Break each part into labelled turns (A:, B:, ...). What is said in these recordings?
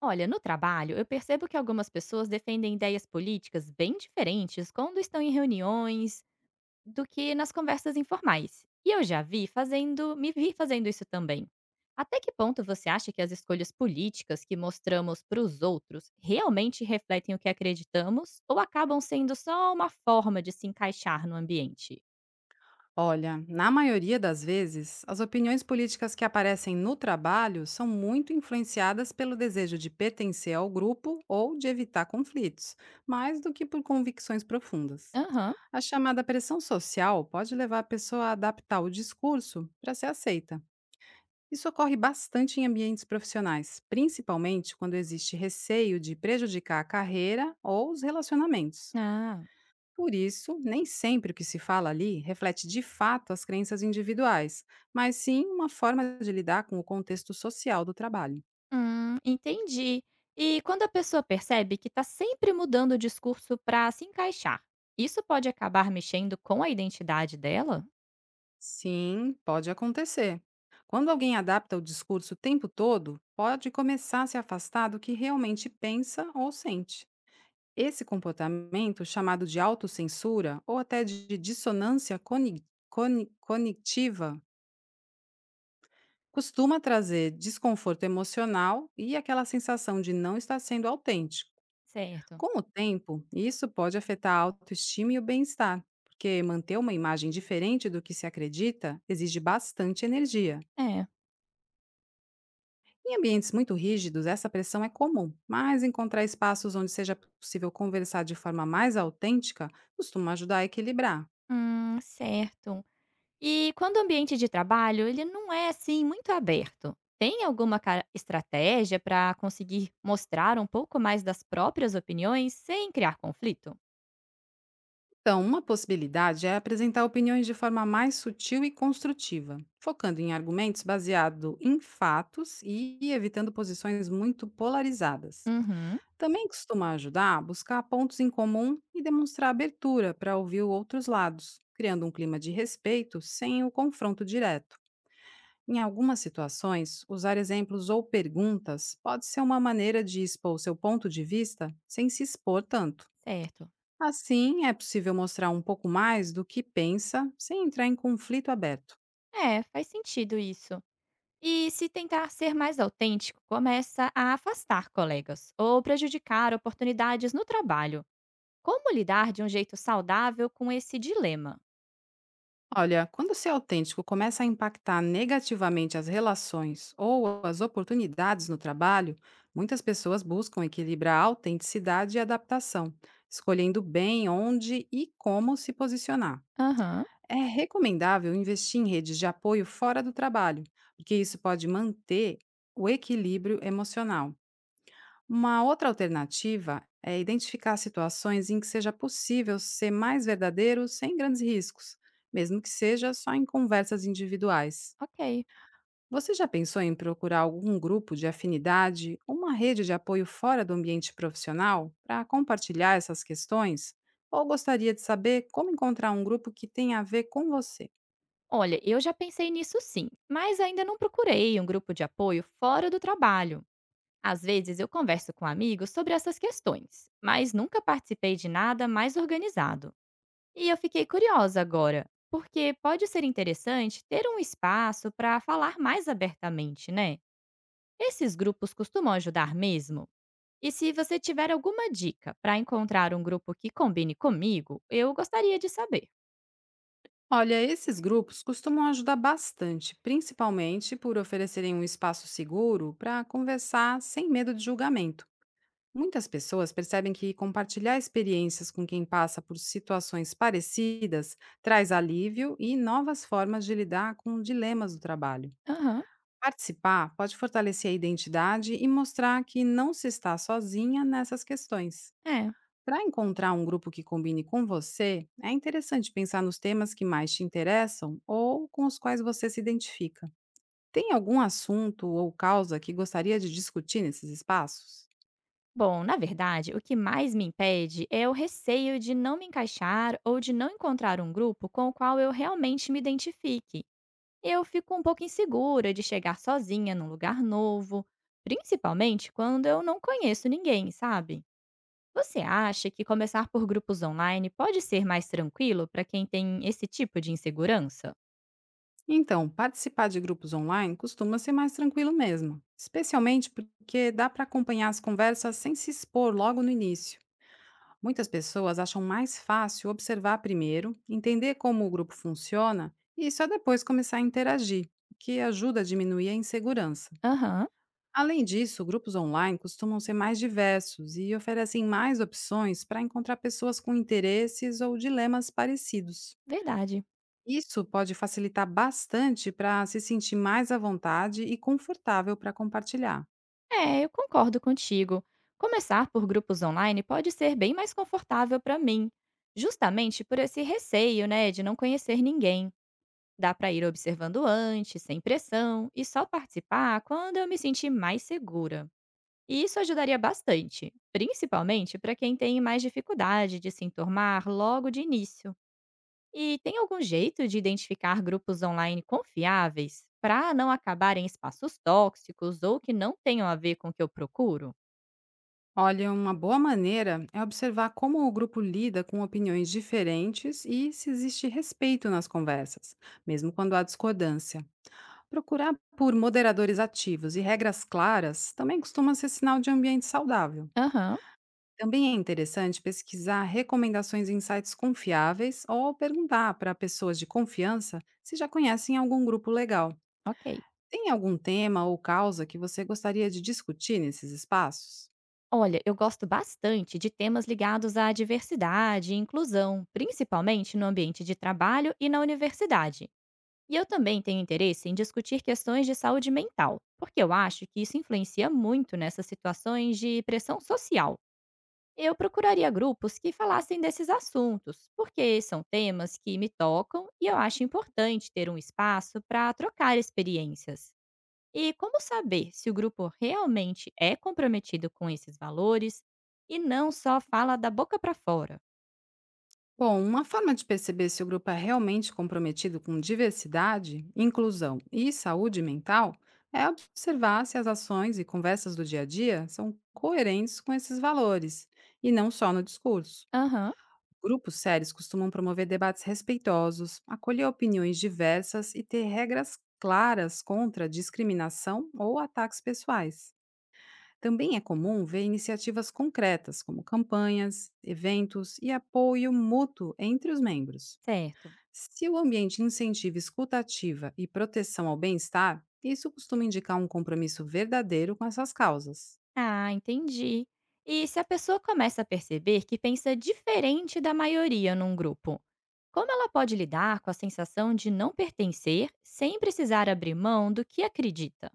A: Olha, no trabalho, eu percebo que algumas pessoas defendem ideias políticas bem diferentes quando estão em reuniões do que nas conversas informais. E eu me vi fazendo isso também. Até que ponto você acha que as escolhas políticas que mostramos para os outros realmente refletem o que acreditamos ou acabam sendo só uma forma de se encaixar no ambiente?
B: Olha, na maioria das vezes, as opiniões políticas que aparecem no trabalho são muito influenciadas pelo desejo de pertencer ao grupo ou de evitar conflitos, mais do que por convicções profundas.
A: Aham.
B: A chamada pressão social pode levar a pessoa a adaptar o discurso para ser aceita. Isso ocorre bastante em ambientes profissionais, principalmente quando existe receio de prejudicar a carreira ou os relacionamentos.
A: Ah.
B: Por isso, nem sempre o que se fala ali reflete de fato as crenças individuais, mas sim uma forma de lidar com o contexto social do trabalho.
A: Entendi. E quando a pessoa percebe que está sempre mudando o discurso para se encaixar, isso pode acabar mexendo com a identidade dela?
B: Sim, pode acontecer. Quando alguém adapta o discurso o tempo todo, pode começar a se afastar do que realmente pensa ou sente. Esse comportamento, chamado de autocensura ou até de dissonância cognitiva, costuma trazer desconforto emocional e aquela sensação de não estar sendo autêntico.
A: Certo.
B: Com o tempo, isso pode afetar a autoestima e o bem-estar, porque manter uma imagem diferente do que se acredita exige bastante energia.
A: É.
B: Em ambientes muito rígidos, essa pressão é comum, mas encontrar espaços onde seja possível conversar de forma mais autêntica costuma ajudar a equilibrar.
A: Certo. E quando o ambiente de trabalho ele não é assim muito aberto, tem alguma estratégia para conseguir mostrar um pouco mais das próprias opiniões sem criar conflito?
B: Então, uma possibilidade é apresentar opiniões de forma mais sutil e construtiva, focando em argumentos baseados em fatos e evitando posições muito polarizadas.
A: Uhum,
B: Também costuma ajudar a buscar pontos em comum e demonstrar abertura para ouvir os outros lados, criando um clima de respeito sem o confronto direto. Em algumas situações, usar exemplos ou perguntas pode ser uma maneira de expor seu ponto de vista sem se expor tanto.
A: certo.
B: Assim, é possível mostrar um pouco mais do que pensa sem entrar em conflito aberto.
A: É, faz sentido isso. E se tentar ser mais autêntico, começa a afastar colegas ou prejudicar oportunidades no trabalho. Como lidar de um jeito saudável com esse dilema?
B: Olha, quando ser autêntico começa a impactar negativamente as relações ou as oportunidades no trabalho, muitas pessoas buscam equilibrar a autenticidade e adaptação, escolhendo bem onde e como se posicionar.
A: Aham,
B: É recomendável investir em redes de apoio fora do trabalho, porque isso pode manter o equilíbrio emocional. Uma outra alternativa é identificar situações em que seja possível ser mais verdadeiro sem grandes riscos, mesmo que seja só em conversas individuais.
A: ok.
B: Você já pensou em procurar algum grupo de afinidade ou uma rede de apoio fora do ambiente profissional para compartilhar essas questões? Ou gostaria de saber como encontrar um grupo que tenha a ver com você?
A: Olha, eu já pensei nisso sim, mas ainda não procurei um grupo de apoio fora do trabalho. Às vezes eu converso com amigos sobre essas questões, mas nunca participei de nada mais organizado. E eu fiquei curiosa agora, porque pode ser interessante ter um espaço para falar mais abertamente, né? Esses grupos costumam ajudar mesmo? E se você tiver alguma dica para encontrar um grupo que combine comigo, eu gostaria de saber.
B: Olha, esses grupos costumam ajudar bastante, principalmente por oferecerem um espaço seguro para conversar sem medo de julgamento. Muitas pessoas percebem que compartilhar experiências com quem passa por situações parecidas traz alívio e novas formas de lidar com dilemas do trabalho.
A: Aham,
B: Participar pode fortalecer a identidade e mostrar que não se está sozinha nessas questões.
A: é.
B: Para encontrar um grupo que combine com você, é interessante pensar nos temas que mais te interessam ou com os quais você se identifica. Tem algum assunto ou causa que gostaria de discutir nesses espaços?
A: Bom, na verdade, o que mais me impede é o receio de não me encaixar ou de não encontrar um grupo com o qual eu realmente me identifique. Eu fico um pouco insegura de chegar sozinha num lugar novo, principalmente quando eu não conheço ninguém, sabe? Você acha que começar por grupos online pode ser mais tranquilo para quem tem esse tipo de insegurança?
B: Então, participar de grupos online costuma ser mais tranquilo mesmo, especialmente porque dá para acompanhar as conversas sem se expor logo no início. Muitas pessoas acham mais fácil observar primeiro, entender como o grupo funciona e só depois começar a interagir, o que ajuda a diminuir a insegurança.
A: Aham,
B: Além disso, grupos online costumam ser mais diversos e oferecem mais opções para encontrar pessoas com interesses ou dilemas parecidos.
A: verdade.
B: Isso pode facilitar bastante para se sentir mais à vontade e confortável para compartilhar.
A: É, eu concordo contigo. Começar por grupos online pode ser bem mais confortável para mim, justamente por esse receio, né, de não conhecer ninguém. Dá para ir observando antes, sem pressão, e só participar quando eu me sentir mais segura. E isso ajudaria bastante, principalmente para quem tem mais dificuldade de se enturmar logo de início. E tem algum jeito de identificar grupos online confiáveis para não acabar em espaços tóxicos ou que não tenham a ver com o que eu procuro?
B: Olha, uma boa maneira é observar como o grupo lida com opiniões diferentes e se existe respeito nas conversas, mesmo quando há discordância. Procurar por moderadores ativos e regras claras também costuma ser sinal de ambiente saudável.
A: Aham,
B: Também é interessante pesquisar recomendações em sites confiáveis ou perguntar para pessoas de confiança se já conhecem algum grupo legal.
A: ok.
B: Tem algum tema ou causa que você gostaria de discutir nesses espaços?
A: Olha, eu gosto bastante de temas ligados à diversidade e inclusão, principalmente no ambiente de trabalho e na universidade. E eu também tenho interesse em discutir questões de saúde mental, porque eu acho que isso influencia muito nessas situações de pressão social. Eu procuraria grupos que falassem desses assuntos, porque são temas que me tocam e eu acho importante ter um espaço para trocar experiências. E como saber se o grupo realmente é comprometido com esses valores e não só fala da boca para fora?
B: Bom, uma forma de perceber se o grupo é realmente comprometido com diversidade, inclusão e saúde mental é observar se as ações e conversas do dia a dia são coerentes com esses valores, e não só no discurso.
A: Aham,
B: Grupos sérios costumam promover debates respeitosos, acolher opiniões diversas e ter regras claras contra discriminação ou ataques pessoais. Também é comum ver iniciativas concretas, como campanhas, eventos e apoio mútuo entre os membros.
A: certo.
B: Se o ambiente incentiva escuta ativa e proteção ao bem-estar, isso costuma indicar um compromisso verdadeiro com essas causas.
A: Ah, entendi. E se a pessoa começa a perceber que pensa diferente da maioria num grupo, como ela pode lidar com a sensação de não pertencer sem precisar abrir mão do que acredita?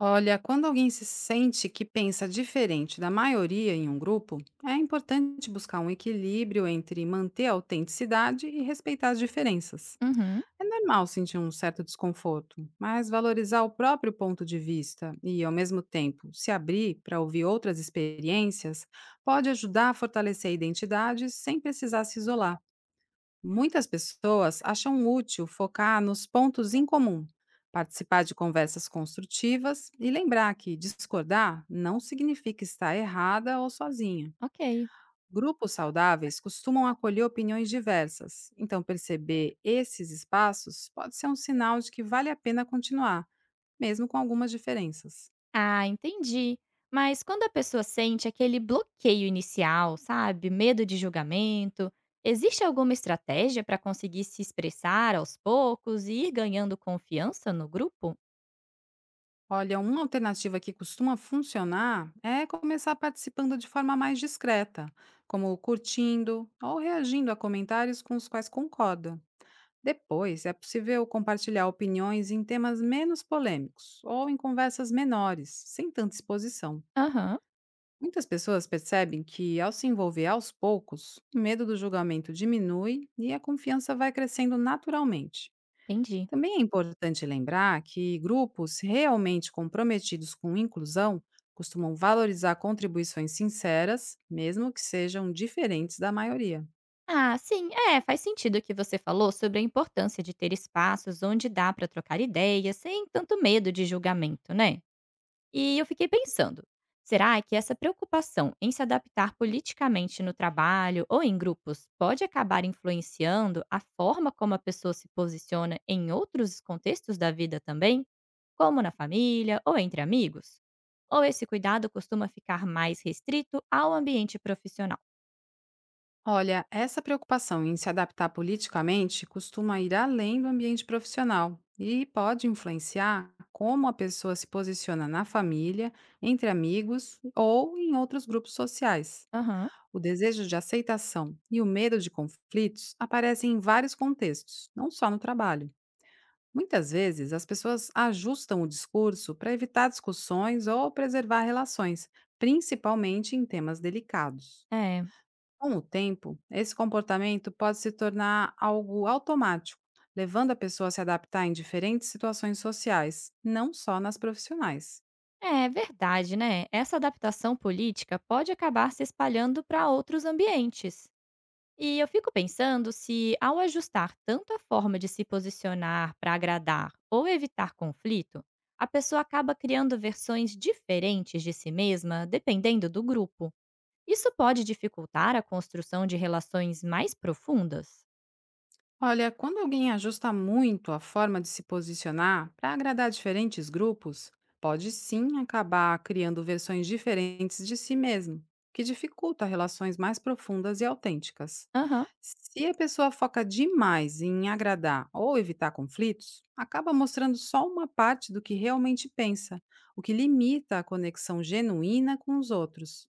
B: Olha, quando alguém se sente que pensa diferente da maioria em um grupo, é importante buscar um equilíbrio entre manter a autenticidade e respeitar as diferenças.
A: Uhum,
B: É normal sentir um certo desconforto, mas valorizar o próprio ponto de vista e, ao mesmo tempo, se abrir para ouvir outras experiências pode ajudar a fortalecer a identidade sem precisar se isolar. Muitas pessoas acham útil focar nos pontos em comum, participar de conversas construtivas e lembrar que discordar não significa estar errada ou sozinha.
A: ok.
B: Grupos saudáveis costumam acolher opiniões diversas, então perceber esses espaços pode ser um sinal de que vale a pena continuar, mesmo com algumas diferenças.
A: Ah, entendi. Mas quando a pessoa sente aquele bloqueio inicial, sabe? Medo de julgamento, existe alguma estratégia para conseguir se expressar aos poucos e ir ganhando confiança no grupo?
B: Olha, uma alternativa que costuma funcionar é começar participando de forma mais discreta, como curtindo ou reagindo a comentários com os quais concorda. Depois, é possível compartilhar opiniões em temas menos polêmicos ou em conversas menores, sem tanta exposição.
A: Aham,
B: Muitas pessoas percebem que, ao se envolver aos poucos, o medo do julgamento diminui e a confiança vai crescendo naturalmente.
A: entendi.
B: Também é importante lembrar que grupos realmente comprometidos com inclusão costumam valorizar contribuições sinceras, mesmo que sejam diferentes da maioria.
A: Ah, sim, é, faz sentido o que você falou sobre a importância de ter espaços onde dá para trocar ideias sem tanto medo de julgamento, né? E eu fiquei pensando, será que essa preocupação em se adaptar politicamente no trabalho ou em grupos pode acabar influenciando a forma como a pessoa se posiciona em outros contextos da vida também? Como na família ou entre amigos? Ou esse cuidado costuma ficar mais restrito ao ambiente profissional?
B: Olha, essa preocupação em se adaptar politicamente costuma ir além do ambiente profissional e pode influenciar como a pessoa se posiciona na família, entre amigos ou em outros grupos sociais.
A: Aham.
B: O desejo de aceitação e o medo de conflitos aparecem em vários contextos, não só no trabalho. Muitas vezes, as pessoas ajustam o discurso para evitar discussões ou preservar relações, principalmente em temas delicados.
A: É.
B: Com o tempo, esse comportamento pode se tornar algo automático, levando a pessoa a se adaptar em diferentes situações sociais, não só nas profissionais.
A: É verdade, né? Essa adaptação política pode acabar se espalhando para outros ambientes. E eu fico pensando se, ao ajustar tanto a forma de se posicionar para agradar ou evitar conflito, a pessoa acaba criando versões diferentes de si mesma, dependendo do grupo. Isso pode dificultar a construção de relações mais profundas?
B: Olha, quando alguém ajusta muito a forma de se posicionar para agradar diferentes grupos, pode sim acabar criando versões diferentes de si mesmo, o que dificulta relações mais profundas e autênticas.
A: Aham,
B: Se a pessoa foca demais em agradar ou evitar conflitos, acaba mostrando só uma parte do que realmente pensa, o que limita a conexão genuína com os outros.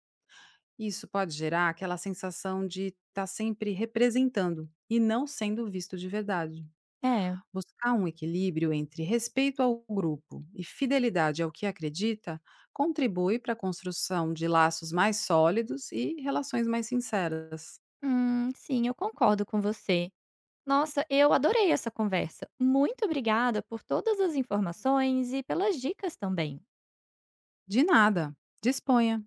B: Isso pode gerar aquela sensação de estar sempre representando e não sendo visto de verdade.
A: é.
B: Buscar um equilíbrio entre respeito ao grupo e fidelidade ao que acredita contribui para a construção de laços mais sólidos e relações mais sinceras.
A: Sim, eu concordo com você. Nossa, eu adorei essa conversa. Muito obrigada por todas as informações e pelas dicas também.
B: De nada. Disponha.